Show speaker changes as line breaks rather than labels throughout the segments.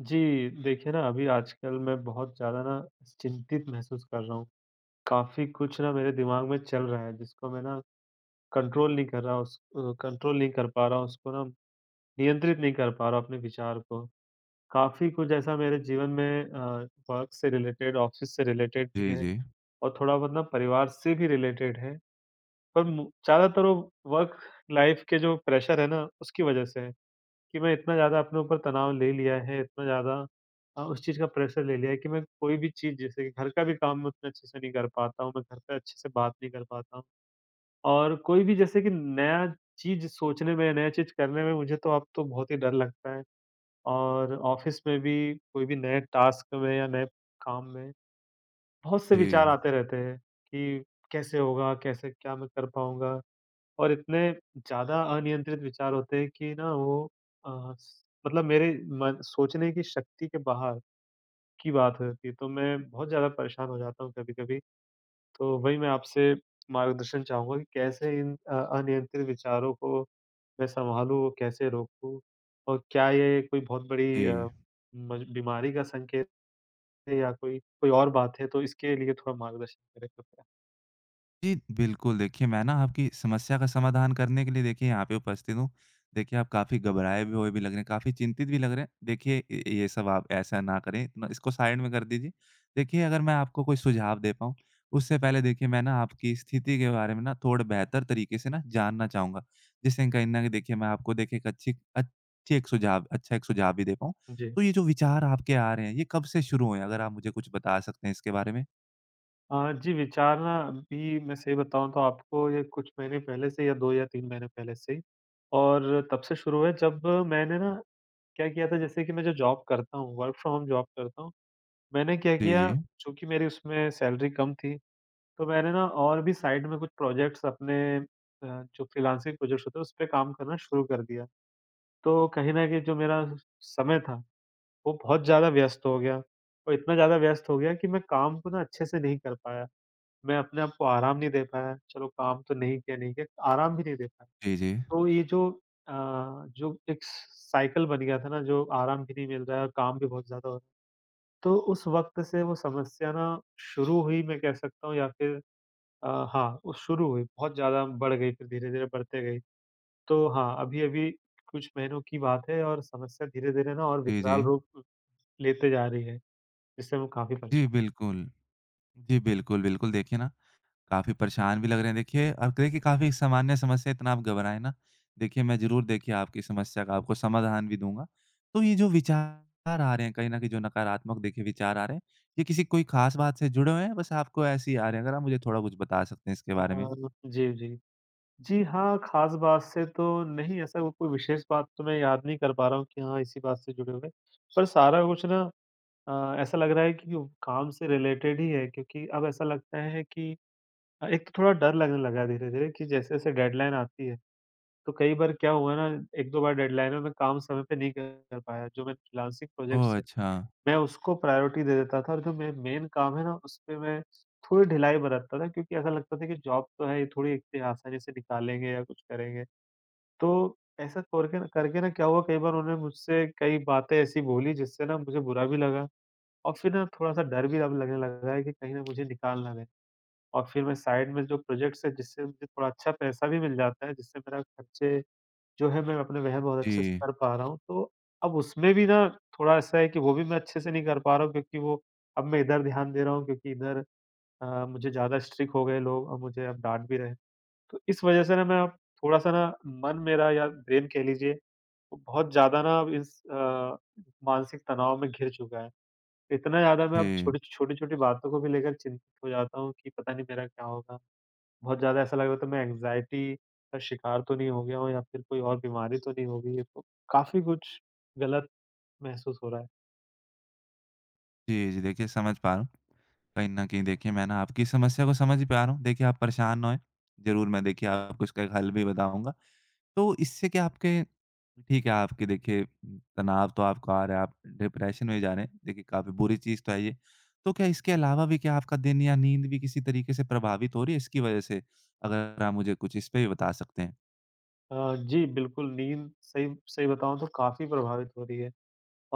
जी, देखिए ना अभी आजकल मैं बहुत ज़्यादा ना चिंतित महसूस कर रहा हूँ। काफ़ी कुछ ना मेरे दिमाग में चल रहा है जिसको मैं ना कंट्रोल नहीं कर रहा, कंट्रोल नहीं कर पा रहा हूँ, उसको ना नियंत्रित नहीं कर पा रहा अपने विचार को। काफ़ी कुछ ऐसा मेरे जीवन में वर्क से रिलेटेड, ऑफ़िस से रिलेटेड भी
जी,
है
जी।
और थोड़ा बहुत ना परिवार से भी रिलेटेड है। पर मु ज़्यादातर वो वर्क लाइफ़ के जो प्रेशर है ना, उसकी वज़ह से है। कि मैं इतना ज़्यादा अपने ऊपर तनाव ले लिया है, इतना ज़्यादा उस चीज़ का प्रेशर ले लिया है कि मैं कोई भी चीज़, जैसे कि घर का भी काम, मैं उतने अच्छे से नहीं कर पाता हूँ, मैं घर पे अच्छे से बात नहीं कर पाता हूँ और कोई भी जैसे कि नया चीज़ सोचने में, नया चीज़ करने में मुझे तो अब तो बहुत ही डर लगता है। और ऑफ़िस में भी कोई भी नए टास्क में या नए काम में बहुत से विचार
जी,
आते रहते हैं कि कैसे होगा? कैसे, क्या मैं कर पाऊँगा? और इतने ज़्यादा अनियंत्रित विचार होते हैं कि ना वो अ, स मतलब मेरे मन सोचने की शक्ति के बाहर की बात हो जाती है, तो मैं बहुत ज़्यादा परेशान हो जाता हूँ कभी-कभी। तो वही मैं आपसे मार्गदर्शन चाहूँगा कि कैसे इन अनियंत्रित विचारों को मैं सँभालूँ, कैसे रोकूँ? और क्या ये कोई बहुत बड़ी
जी।
अ, मज बीमारी का संकेत है, या कोई कोई और बात है? तो इसके लिए थोड़ा मार्गदर्शन करें कृपया।
जी, बिल्कुल, देखिए मैं ना आपकी समस्या का समाधान करने के लिए देखिए यहाँ पे उपस्थित हूँ। देखिए, आप काफ़ी घबराए भी हुए भी लग रहे हैं, काफ़ी चिंतित भी लग रहे हैं। देखिए इ ये सब आप ऐसा ना करें, इतना इसको साइड में कर दीजिए। देखिए अगर मैं आपको कोई सुझाव दे पाऊँ, उससे पहले देखिए मैं ना आपकी स्थिति के बारे में ना थोड़ा बेहतर तरीके से ना जानना चाहूँगा। जिससे कहीं न कहीं देखिए मैं आपको देखिए एक अच्छी अच्छी एक सुझाव अच्छा एक सुझाव भी दे पाऊँ।
जी।
तो ये जो विचार आपके आ रहे हैं, ये कब से शुरू हुए हैं? अगर आप मुझे कुछ बता सकते हैं इसके बारे में।
जी, विचार ना अभी मैं सही बताऊँ तो आपको, ये कुछ महीने पहले से या 2 या 3 महीने पहले से ही, और तब से शुरू हुए जब मैंने ना क्या किया था। जैसे कि मैं जो जॉब करता हूँ, वर्क फ्रॉम होम जॉब करता हूँ, मैंने क्या
जी, जी।
किया, चूँकि मेरी उसमें सैलरी कम थी, तो मैंने ना और भी साइड में कुछ प्रोजेक्ट्स अपने जो फ्रीलांसिंग प्रोजेक्ट्स होते हैं, उस पे काम करना शुरू कर दिया। तो कहीं न कहीं जो मेरा समय था, वो बहुत ज़्यादा व्यस्त हो गया और इतना ज़्यादा व्यस्त हो गया कि मैं काम को ना अच्छे से नहीं कर पाया। मैं अपने आप को आराम नहीं दे पाया, चलो काम तो नहीं किया, नहीं किया, आराम भी नहीं दे पाया।
जी, जी।
तो ये जो अ, जो एक साइकिल बन गया था ना, जो आराम भी नहीं मिल रहा है और काम भी बहुत ज़्यादा हो रहा है। तो उस वक़्त से वो समस्या ना शुरू हुई, मैं कह सकता हूँ, या फिर अ, हाँ, वो शुरू हुई, बहुत ज़्यादा बढ़ गई, फिर धीरे-धीरे बढ़ते गई। तो हाँ, अभी-अभी कुछ महीनों की बात है और समस्या धीरे-धीरे ना और
जी, जी।
विकराल रूप लेते जा रही है, जिससे मैं काफ़ी
जी,
परेशान।
बिल्कुल। जी, बिल्कुल, बिल्कुल। देखिए ना, काफ़ी परेशान भी लग रहे हैं देखिए और देखिए काफ़ी सामान्य समस्या है, इतना आप घबराएँ ना। देखिए मैं ज़रूर देखिए आपकी समस्या का आपको समाधान भी दूँगा। तो ये जो विचार आ रहे हैं कहीं न कहीं जो नकारात्मक देखिए विचार आ रहे हैं, ये किसी कोई ख़ास बात से जुड़े हुए हैं? बस आपको ऐसे ही आ रहे हैं? अगर आप मुझे थोड़ा कुछ बता सकते हैं इसके बारे में?
जी, जी। जी हाँ, ख़ास बात से तो नहीं, ऐसा वो कोई विशेष बात तो मैं याद नहीं कर पा रहा हूँ कि हाँ, इसी बात से जुड़े हुए। पर सारा कुछ ना ऐसा लग रहा है कि वो काम से रिलेटेड ही है, क्योंकि अब ऐसा लगता है कि एक तो थोड़ा डर लगने लगा है धीरे-धीरे, कि जैसे-जैसे डेडलाइन आती है, तो कई बार क्या हुआ ना, 1-2 बार डेडलाइन में मैं काम समय पे नहीं कर कर पाया। जो मैं फ्रीलांसिंग प्रोजेक्ट्स
ओह!
थे,
अच्छा।
मैं उसको प्रायोरिटी दे देता था, और जो मे मेन काम है ना, उसपे मैं थोड़ी ढिलाई बरतता था, क्योंकि ऐसा लगता था कि जॉब तो है, ये थोड़ी इतनी आसानी से निकालेंगे या कुछ करेंगे। तो ऐसा करके न करके ना क्या हुआ, कई बार उन्होंने मुझसे कई बातें ऐसी बोली जिससे ना मुझे बुरा भी लगा, और फिर ना थोड़ा-सा डर भी अब लगने लगा है कि कहीं ना मुझे निकाल ना दें। और फिर मैं साइड में जो प्रोजेक्ट्स है, जिससे मुझे थोड़ा अच्छा पैसा भी मिल जाता है, जिससे मेरा खर्चे जो है मैं अपने वह बहुत अच्छे से
जी।
कर पा रहा हूँ। तो अब उसमें भी ना थोड़ा ऐसा है कि वो भी मैं अच्छे से नहीं कर पा रहा हूँ, क्योंकि वो, अब मैं इधर ध्यान दे रहा हूँ क्योंकि इधर मुझे ज़्यादा स्ट्रिक्ट हो गए लोग और मुझे अब डाँट भी रहे हैं। तो इस वजह से ना मैं अब थोड़ा-सा ना, मन मेरा, या ब्रेन कह लीजिए, वो बहुत ज़्यादा ना अब इस मानसिक तनाव में घिर चुका है। इतना ज़्यादा मैं अब
जी।
छोटी-छोटी बातों को भी लेकर चिंतित हो जाता हूँ कि पता नहीं मेरा क्या होगा? बहुत ज़्यादा ऐसा लग रहा था, मैं एंग्ज़ायटी का शिकार तो नहीं हो गया हूँ, या फिर कोई और बीमारी तो नहीं हो गई है? तो काफ़ी कुछ गलत महसूस हो रहा है।
जी, जी। देखिए, समझ पा रहा हूँ। कहीं न कहीं देखिए मैं ना आपकी समस्या को समझ ही पा रहा हूँ। देखिए आप परेशान ना होएँ। ज़रूर मैं देखिए आपको इसका एक हल भी बताऊँगा। तो इससे क्या आपके, ठीक है, आपके देखिए तनाव तो आपको आ रहा है, आप डिप्रेशन में जा रहे हैं। देखिए काफ़ी बुरी चीज़ तो है ये। तो क्या इसके अलावा भी क्या आपका दिन या नींद भी किसी तरीके से प्रभावित हो रही है इसकी वज़ह से? अगर आप मुझे कुछ इस पे भी बता सकते हैं।
जी, बिल्कुल नींद सही सही बताऊँ तो काफ़ी प्रभावित हो रही है,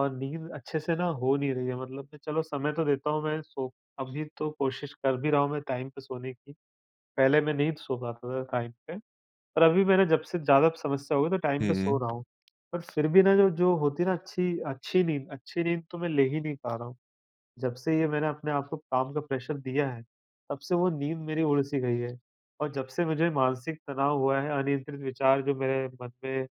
और नींद अच्छे से ना हो नहीं रही है। मतलब मैं, चलो समय तो देता हूँ, मैं सो अभी तो कोशिश कर भी रहा हूँ मैं टाइम पे सोने की। पहले मैं नहीं सो पाता था टाइम पे। पर अभी मैंने, जब से ज़्यादा समस्या हो गई, तो टाइम
जी,
पे
जी।
सो रहा हूँ। पर फिर भी ना, जो जो होती है ना अच्छी अच्छी नींद अच्छी नींद, तो मैं ले ही नहीं पा रहा हूँ। जब से ये मैंने अपने आप को काम का प्रेशर दिया है, तब से वो नींद मेरी उड़ सी गई है। और जब से मुझे मानसिक तनाव हुआ है, अनियंत्रित विचार जो मेरे मन में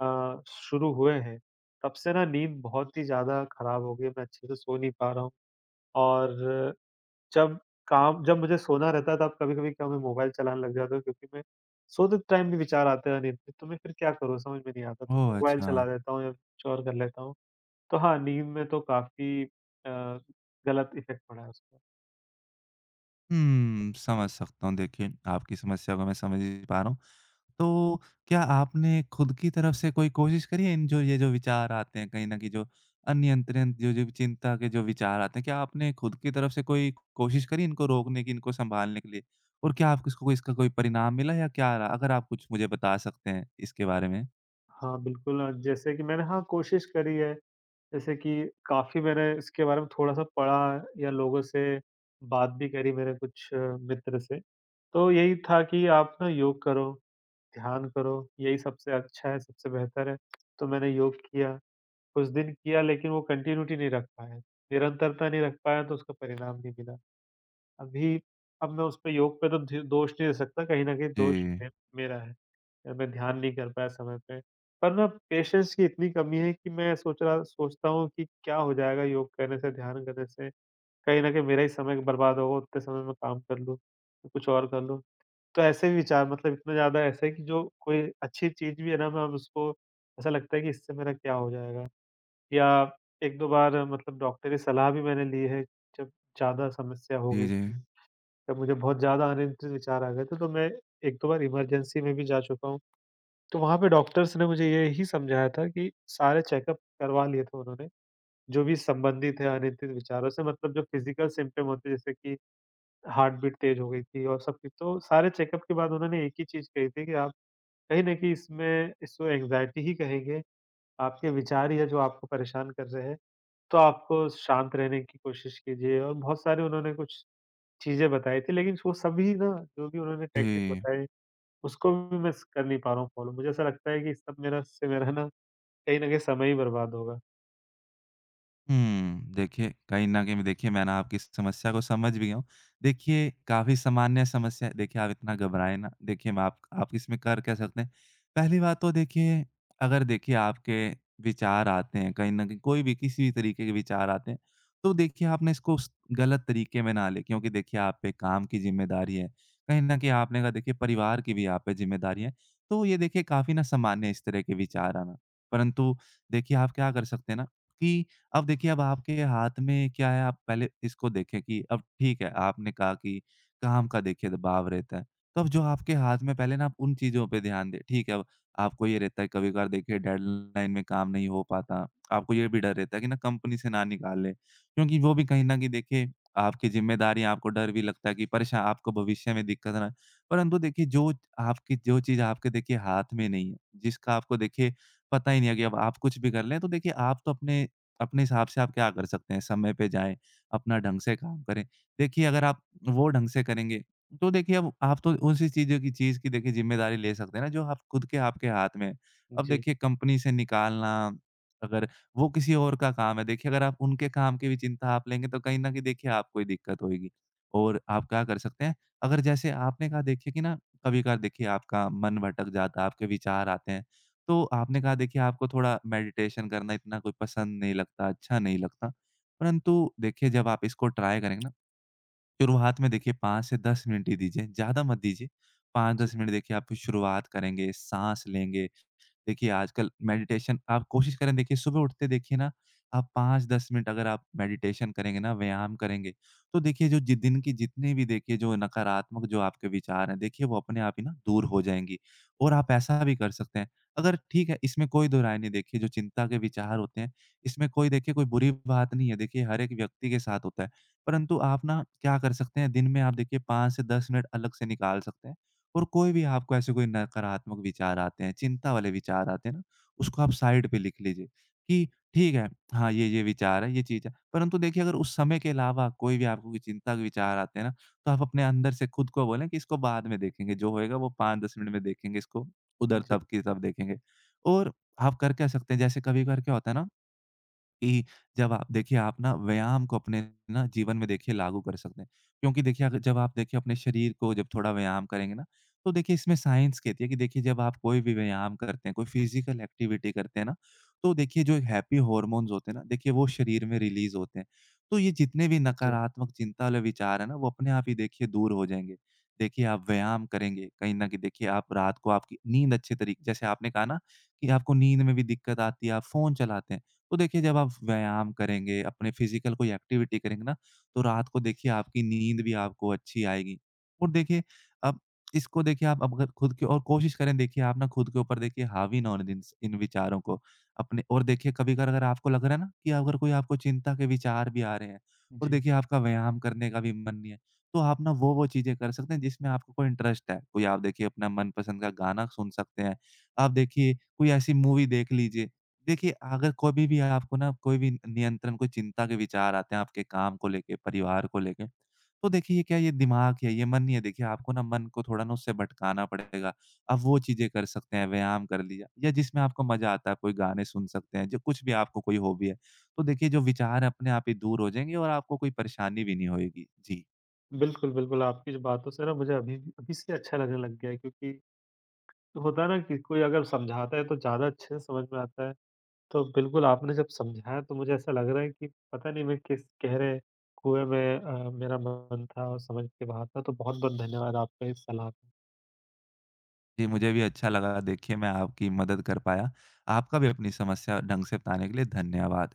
शुरू हुए हैं, तब से ना नींद बहुत ही ज़्यादा खराब हो गई है, मैं अच्छे से सो नहीं पा रहा हूँ। और जब जब मुझे सोना रहता है, तब कभी-कभी क्या, मैं मोबाइल चलाने लग जाता हूँ, क्योंकि मैं सोते टाइम भी विचार आते हैं नींद पे, तो मैं फिर क्या करूँ समझ में नहीं आता, तो मैं
ओह!
मोबाइल
अच्छा।
चला लेता हूँ या कुछ और कर लेता हूँ। तो हाँ, नींद में तो काफ़ी गलत इफ़ेक्ट पड़ा है उसका।
हुँ, समझ सकता हूँ। देखिए आपकी समस्या को मैं समझ ही पा रहा हूँ। तो क्या आपने खुद की तरफ से कोई कोशिश करी है इन जो ये जो विचार आते हैं कहीं न कहीं जो अनियंत्रित जो जो चिंता के जो विचार आते हैं, क्या आपने खुद की तरफ से कोई कोशिश करी इनको रोकने की, इनको सँभालने के लिए? और क्या आपको इसको कोई इसका कोई परिणाम मिला या क्या रहा? अगर आप कुछ मुझे बता सकते हैं इसके बारे में।
हाँ, बिल्कुल जैसे कि मैंने, हाँ, कोशिश करी है, जैसे कि काफ़ी मैंने इसके बारे में थोड़ा-सा पढ़ा या लोगों से बात भी करी, मेरे कुछ मित्र से, तो यही था कि आप ना योग करो। ध्यान करो, यही सबसे अच्छा है, सबसे बेहतर है। तो मैंने योग किया, कुछ दिन किया, लेकिन वो कंटिन्यूटी नहीं रख पाया, निरंतरता नहीं रख पाया, तो उसका परिणाम नहीं मिला। अभी, अब मैं उसपे, योग पे तो ध दोष नहीं दे सकता, कहीं न कहीं दोष
जी।
मे मेरा है, या मैं ध्यान नहीं कर पाया समय पे। पर ना पेशेंस की इतनी कमी है कि मैं सोचता हूँ कि क्या हो जाएगा योग करने से, ध्यान करने से? कहीं न कहीं मेरा ही समय बर्बाद होगा, उतने समय में काम कर लूँ, कुछ और कर लूँ। तो ऐसे विचार, मतलब इतना ज़्यादा ऐसा है कि जो कोई अच्छी चीज़ भी है ना, मैं अब उसको ऐसा लगता है कि इससे मेरा क्या हो जाएगा? या 1-2 बार मतलब डॉक्टरी सलाह भी मैंने ली है, जब ज़्यादा समस्या हो
जी,
गई
जी।
थी। जब मुझे बहुत ज़्यादा अनियंत्रित विचार आ गए थे, तो मैं 1-2 बार इमरजेंसी में भी जा चुका हूँ। तो वहाँ पे डॉक्टर्स ने मुझे यही समझाया था कि सारे चेकअप करवा लिए थे उन्होंने, जो भी संबंधित है अनियंत्रित विचारों से, मतलब जो फिज़िकल सिम्पटम होते हैं, जैसे कि हार्ट बीट तेज़ हो गई थी और सब कुछ। तो सारे चेकअप के बाद उन्होंने एक ही चीज़ कही थी कि आप कहीं न कहीं इसमें, इसको एंग्ज़ायटी ही कहेंगे, आपके विचार ही है जो आपको परेशान कर रहे हैं, तो आपको शांत रहने की कोशिश कीजिए। और बहुत सारे उन्होंने कुछ चीज़ें बताई थी, लेकिन वो सभी ना, जो भी उन्होंने टेक्निक
जी।
बताई, उसको भी मैं स कर नहीं पा रहा हूँ फ़ॉलो। मुझे ऐसा लगता है कि सब मेरा ना कहीं न कहीं समय ही बर्बाद होगा।
हुँ। देखिए, कहीं न कहीं देखिए मैं ना आपकी समस्या को समझ भी गया हूँ। देखिए, काफ़ी सामान्य समस्या है। देखिए, आप इतना घबराएँ ना। देखिए, मैं आप इसमें कर क्या सकते हैं? पहली बात तो देखिए, अगर देखिए आपके विचार आते हैं कहीं न कहीं कोई भी किसी भी तरीके के विचार आते हैं, तो देखिए आपने इसको स गलत तरीके में ना लें, क्योंकि देखिए आप पे काम की ज़िम्मेदारी है। कहीं न कहीं आपने कहा देखिए परिवार की भी आप पे ज़िम्मेदारी है। तो ये देखिए काफ़ी ना सामान्य है इस तरह के विचार आना। परंतु देखिए आप क्या कर सकते हैं ना कि अब देखिए, अब आपके हाथ में क्या है, आप पहले इसको देखें कि अब ठीक है, आपने कहा कि काम का देखिए दबाव रहता है, तो अब जो आपके हाथ में पहले ना आप उन चीज़ों पे ध्यान दें। ठीक है, अब आपको ये रहता है कभी-कभार देखिए डेडलाइन में काम नहीं हो पाता, आपको ये भी डर रहता है कि ना कंपनी से ना निकाल लें, क्योंकि वो भी कहीं न कहीं देखिए आपकी ज़िम्मेदारियाँ, आपको डर भी लगता है कि परेशा आपको भविष्य में दिक्कत ना। परंतु देखिए जो आपकी जो चीज़ आपके देखिए हाथ में नहीं है, जिसका आपको देखिए पता ही नहीं है कि अब आप कुछ भी कर लें, तो देखिए आप तो अपने अपने हिसाब से आप क्या कर सकते हैं, समय पे जाएँ, अपना ढंग से काम करें। देखिए अगर आप वो ढंग से करेंगे, तो देखिए अब आप तो उसी चीज़ की देखिए ज़िम्मेदारी ले सकते हैं ना जो आप खुद के आपके हाथ में है। अब
जी,
देखिए कंपनी से निकालना, अगर वो किसी और का काम है, देखिए अगर आप उनके काम की भी चिंता आप लेंगे तो कहीं न कहीं देखिए आपको ही दिक्कत होएगी। और आप क्या कर सकते हैं, अगर जैसे आपने कहा देखिए कि ना कभी-कभार देखिए आपका मन भटक जाता है, आपके विचार आते हैं। तो आपने कहा देखिए आपको थोड़ा मेडिटेशन करना इतना कोई पसंद नहीं लगता, अच्छा नहीं लगता। परंतु देखिए जब आप इसको ट्राई करेंगे ना, शुरुआत में देखिए 5 से 10 मिनट ही दीजिए, ज़्यादा मत दीजिए।
जी,
5-10 मिनट देखिए आप शुरुआत करेंगे, साँस लेंगे। देखिए, आजकल मेडिटेशन आप कोशिश करें देखिए सुबह उठते देखिए ना आप 5-10 मिनट अगर आप मेडिटेशन करेंगे ना, व्यायाम करेंगे, तो देखिए जो जि दिन की जितनी भी देखिए जो नकारात्मक जो आपके विचार हैं, देखिए वो अपने आप ही ना दूर हो जाएँगी। और आप ऐसा भी कर सकते हैं, अगर ठीक है इसमें कोई 2 राय नहीं, देखिए जो चिंता के विचार होते हैं, इसमें कोई देखिए कोई बुरी बात नहीं है, देखिए हर एक व्यक्ति के साथ होता है। परंतु आप ना क्या कर सकते हैं, दिन में आप देखिए 5 से 10 मिनट अलग से निकाल सकते हैं। और कोई भी आपको ऐसे कोई नकारात्मक विचार आते हैं, चिंता वाले विचार आते हैं ना, उसको आप साइड पे लिख लीजिए कि ठीक है, हाँ, ये-ये विचार है, ये चीज़ है। परंतु देखिए अगर उस समय के अलावा कोई भी आपको कोई चिंता के विचार आते हैं ना, तो आप अपने अंदर से खुद को बोलें कि इसको बाद में देखेंगे, जो होएगा वो 5-10 मिनट में देखेंगे इसको, उधर
जी,
तब की तब देखेंगे। और आप कर क्या सकते हैं, जैसे कभी-कभार क्या होता है ना कि जब आप देखिए आप ना व्यायाम को अपने ना जीवन में देखिए लागू कर सकते हैं। क्योंकि देखिए अगर जब आप देखिए अपने शरीर को जब थोड़ा व्यायाम करेंगे ना, तो देखिए इसमें साइंस कहती है कि देखिए जब आप कोई भी व्यायाम करते हैं, कोई फ़िज़िकल एक्टिविटी करते हैं ना, तो देखिए जो हैप्पी हॉर्मोन्स होते हैं ना, देखिए वो शरीर में रिलीज़ होते हैं। तो ये जितने भी
जी,
नकारात्मक चिंता वाले विचार हैं ना, वो अपने आप ही देखिए दूर हो जाएँगे। देखिए आप व्यायाम करेंगे, कहीं न कहीं देखिए आप रात को आपकी नींद अच्छे तरीके, जैसे आपने कहा ना कि आपको नींद में भी दिक्कत आती है, आप फ़ोन चलाते हैं। तो देखिए जब आप व्यायाम करेंगे, अपने फिज़िकल कोई एक्टिविटी करेंगे ना, तो रात को देखिए आपकी नींद भी आपको अच्छी आएगी। और देखिए अब इसको देखिए आप अब अगर खुद के और कोशिश करें देखिए आप ना खुद के ऊपर देखिए हावी ना होने दें इस इन विचारों को। अपने और देखिए कभी-कभार अगर आपको लग रहा है ना कि अगर कोई आपको चिंता के विचार भी आ रहे हैं और
जी।
देखिए आपका व्यायाम करने का भी मन नहीं है, तो आप ना वो-वो चीज़ें कर सकते हैं जिसमें आपको कोई इंटरेस्ट है। कोई आप देखिए अपना मनपसंद का गाना सुन सकते हैं, आप देखिए कोई ऐसी मूवी देख लीजिए। देखिए, अगर कभी भी आपको ना कोई भी नियंत्रण, कोई चिंता के विचार आते हैं आपके काम को लेके, परिवार को लेके, तो देखिए ये क्या, ये दिमाग है, ये मन नहीं है। देखिए आपको ना मन को थोड़ा ना उससे भटकाना पड़ेगा। आप वो चीज़ें कर सकते हैं, व्यायाम कर लिया या जिसमें आपको मज़ा आता है, कोई गाने सुन सकते हैं, जो कुछ भी आपको कोई हॉबी है। तो देखिए जो विचार है अपने आप ही दूर हो जाएँगे और आपको कोई परेशानी भी नहीं होएगी। जी।
बिल्कुल, बिल्कुल, आपकी जो बातों से ना, मुझे अभी अभी से अच्छा लगने लग गया है, क्योंकि होता है ना कि कोई अगर समझाता है तो ज़्यादा अच्छे से समझ में आता है। तो बिल्कुल, आपने जब समझाया तो मुझे ऐसा लग रहा है कि पता नहीं मैं किस गहरे कुएँ में मेरा मन था और समझ के बाहर था, तो बहुत-बहुत धन्यवाद आपका इस सलाह के लिए।
जी, मुझे भी अच्छा लगा देखिए मैं आपकी मदद कर पाया। आपका भी अपनी समस्या ढंग से बताने के लिए धन्यवाद।